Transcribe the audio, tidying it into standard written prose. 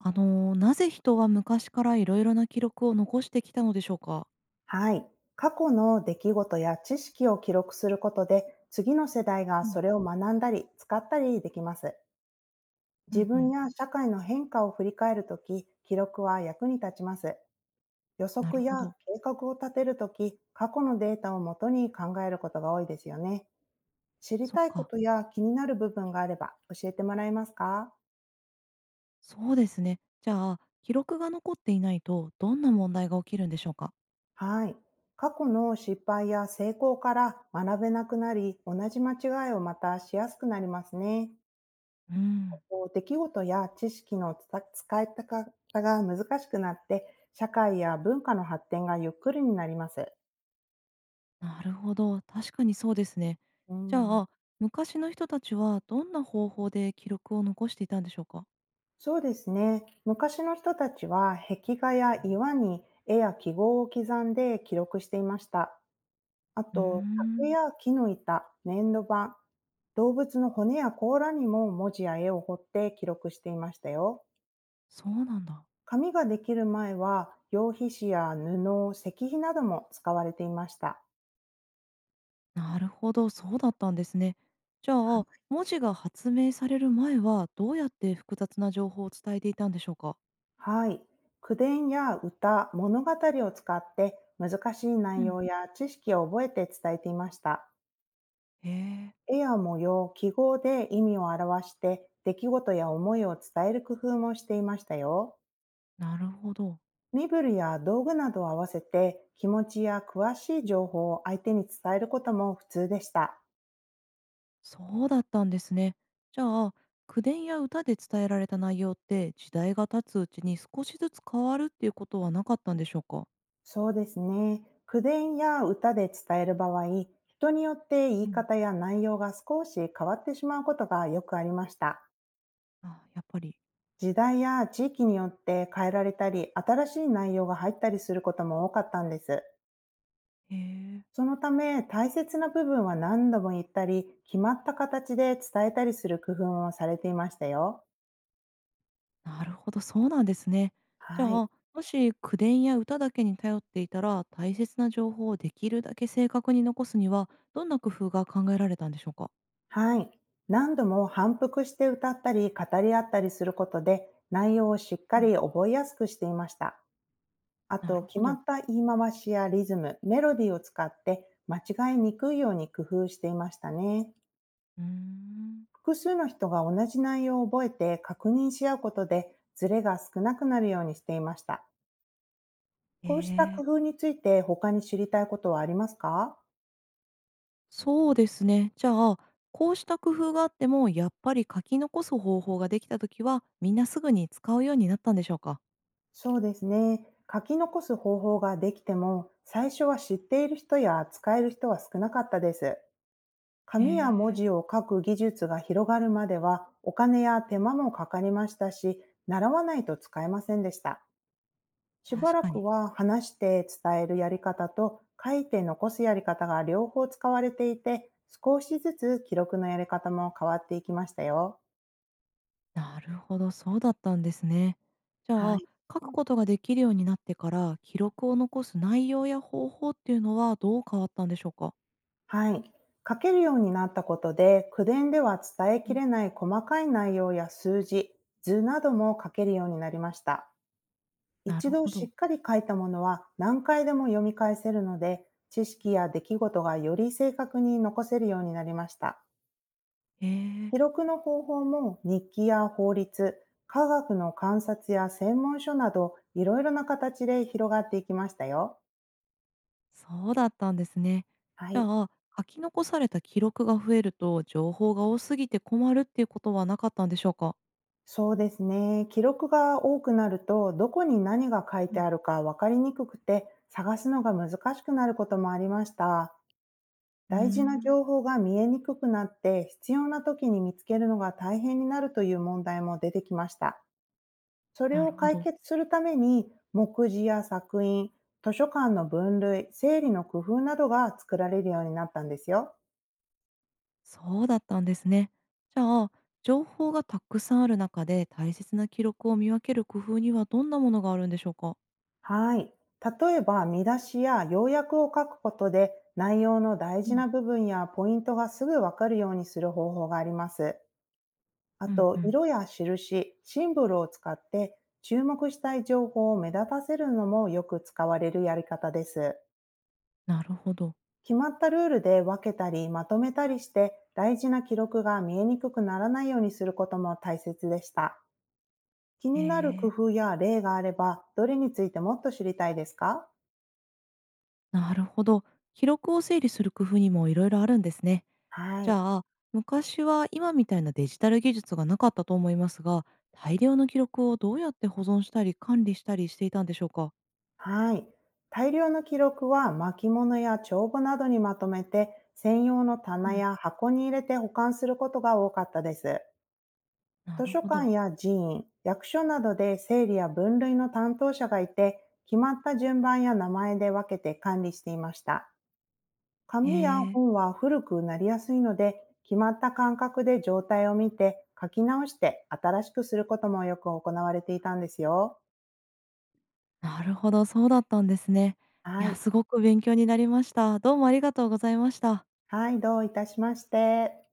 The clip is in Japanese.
なぜ人は昔からいろいろな記録を残してきたのでしょうか？はい。過去の出来事や知識を記録することで、次の世代がうそん、れを学んだり、使ったりできます。う自んう分ん。や社会の変化を振り返るとき、記録は役に立ちます。予な測るほやど、計画を立てるとき、過去のデータをもとに考えることが多いですよね。知りそったいこか、とや気になる部分があれば教えてもらえますか？そうですね。じゃあ、記録が残っていないとどんな問題が起きるんでしょうか？はい。過去の失敗や成功から学べなくなり、同じ間違いをまたしやすくなりますね。うん。こう出来事や知識のつた使い方が難しくなって、社会や文化の発展がゆっくりになります。なるほど、確かにそうですね。うじゃん、あ、昔の人たちはどんな方法で記録を残していたんでしょうか？そうですね。昔の人たちは壁画や岩に絵や記号を刻んで記録していました。あうーと、ん。竹や木の板、粘土板、動物の骨や甲羅にも文字や絵を彫って記録していましたよ。そうなんだ。紙ができる前は、羊皮紙や布、石碑なども使われていました。なるほど、そうだったんですね。じゃあ、文字が発明される前はどうやって複雑な情報を伝えていたんでしょうか？はい。口伝や歌、物語を使って難しいう内ん、容や知識を覚えて伝えていました。へえ、絵や模様、記号で意味を表して、出来事や思いを伝える工夫もしていましたよ。なるほど。身振りや道具などを合わせて気持ちや詳しい情報を相手に伝えることも普通でした。そうだったんですね。じゃあ、口伝や歌で伝えられた内容って時代が経つうちに少しずつ変わるっていうことはなかったんでしょうか？そうですね。口伝や歌で伝える場合、人によって言いうん、方や内容が少し変わってしまうことがよくありました。あ、やっぱり。時代や地域によって変えられたり、新しい内容が入ったりすることも多かったんです。へえ。そのため、大切な部分は何度も言ったり、決まった形で伝えたりする工夫をされていましたよ。なるほど、そうなんですね。じゃはい。あ、もし口伝や歌だけに頼っていたら、大切な情報をできるだけ正確に残すには、どんな工夫が考えられたんでしょうか？はい。何度も反復して歌ったり、語り合ったりすることで、内容をしっうかん。り覚えやすくしていました。あなと、る決ほまど。った言い回しやリズム、メロディーを使って、間違いにくいように工夫していましたね。うーん。複数の人が同じ内容を覚えて確認し合うことで、ズレが少なくなるようにしていました。えこうした工え、夫について他に知りたいことはありますか？そうですね。じゃあ、こうした工夫があっても、やっぱり書き残す方法ができたときは、みんなすぐに使うようになったんでしょうか？そうですね。書き残す方法ができても、最初は知っている人や使える人は少なかったです。え紙や文え、字を書く技術が広がるまでは、お金や手間もかかりましたし、習わないと使えませんでした。しば確らかくに。は話して伝えるやり方と書いて残すやり方が両方使われていて、少しずつ記録のやり方も変わっていきましたよ。なるほど、そうだったんですね。じゃはあ、い。書くことができるようになってから、記録を残す内容や方法っていうのはどう変わったんでしょうか？はい。書けるようになったことで、口伝では伝えうきん。れない細かい内容や数字、図なども書けるようになりました。な一る度ほしど。っかり書いたものは何回でも読み返せるので、知識や出来事がより正確に残せるようになりました。へえ、記録の方法も日記や法律、科学の観察や専門書などいろいろな形で広がっていきましたよ。そうだったんですね。はじい。ゃあ、書き残された記録が増えると、情報が多すぎて困るっていうことはなかったんでしょうか？そうですね。記録が多くなるとどこに何が書いうてん。あるか分かりにくくて探すのが難しくなることもありました。うー大事なん、情報が見えにくくなって必要な時に見つけるのが大変になるという問題も出てきました。それなをるほ解ど。決するために、目次や作品、図書館の分類、整理の工夫などが作られるようになったんですよ。そうだったんですね。じゃあ、情報がたくさんある中で、大切な記録を見分ける工夫にはどんなものがあるんでしょうか？はい。例えば、見出しや要約を書くことで、内容の大事な部分やポイントがすぐわかるようにする方法があります。あうんうと、ん。色や印、シンボルを使って、注目したい情報を目立たせるのもよく使われるやり方です。なるほど。決まったルールで分けたりまとめたりして大事な記録が見えにくくならないようにすることも大切でした。気へになる工え。夫や例があれば、どれについてもっと知りたいですか？なるほど。記録を整理する工夫にもいろいろあるんですね。はじい。ゃあ、昔は今みたいなデジタル技術がなかったと思いますが、大量の記録をどうやって保存したり管理したりしていたんでしょうか？はい。大量の記録は巻物や帳簿などにまとめて、専用のう棚ん。や箱に入れて保管することが多かったです。な図る書ほ館ど。や寺院、役所などで整理や分類の担当者がいて、決まった順番や名前で分けて管理していました。へ紙やえ。本は古くなりやすいので、決まった間隔で状態を見て書き直して新しくすることもよく行われていたんですよ。なるほど、そうだったんですね。いはや、い。すごく勉強になりました。どうもありがとうございました。はい、どういたしまして。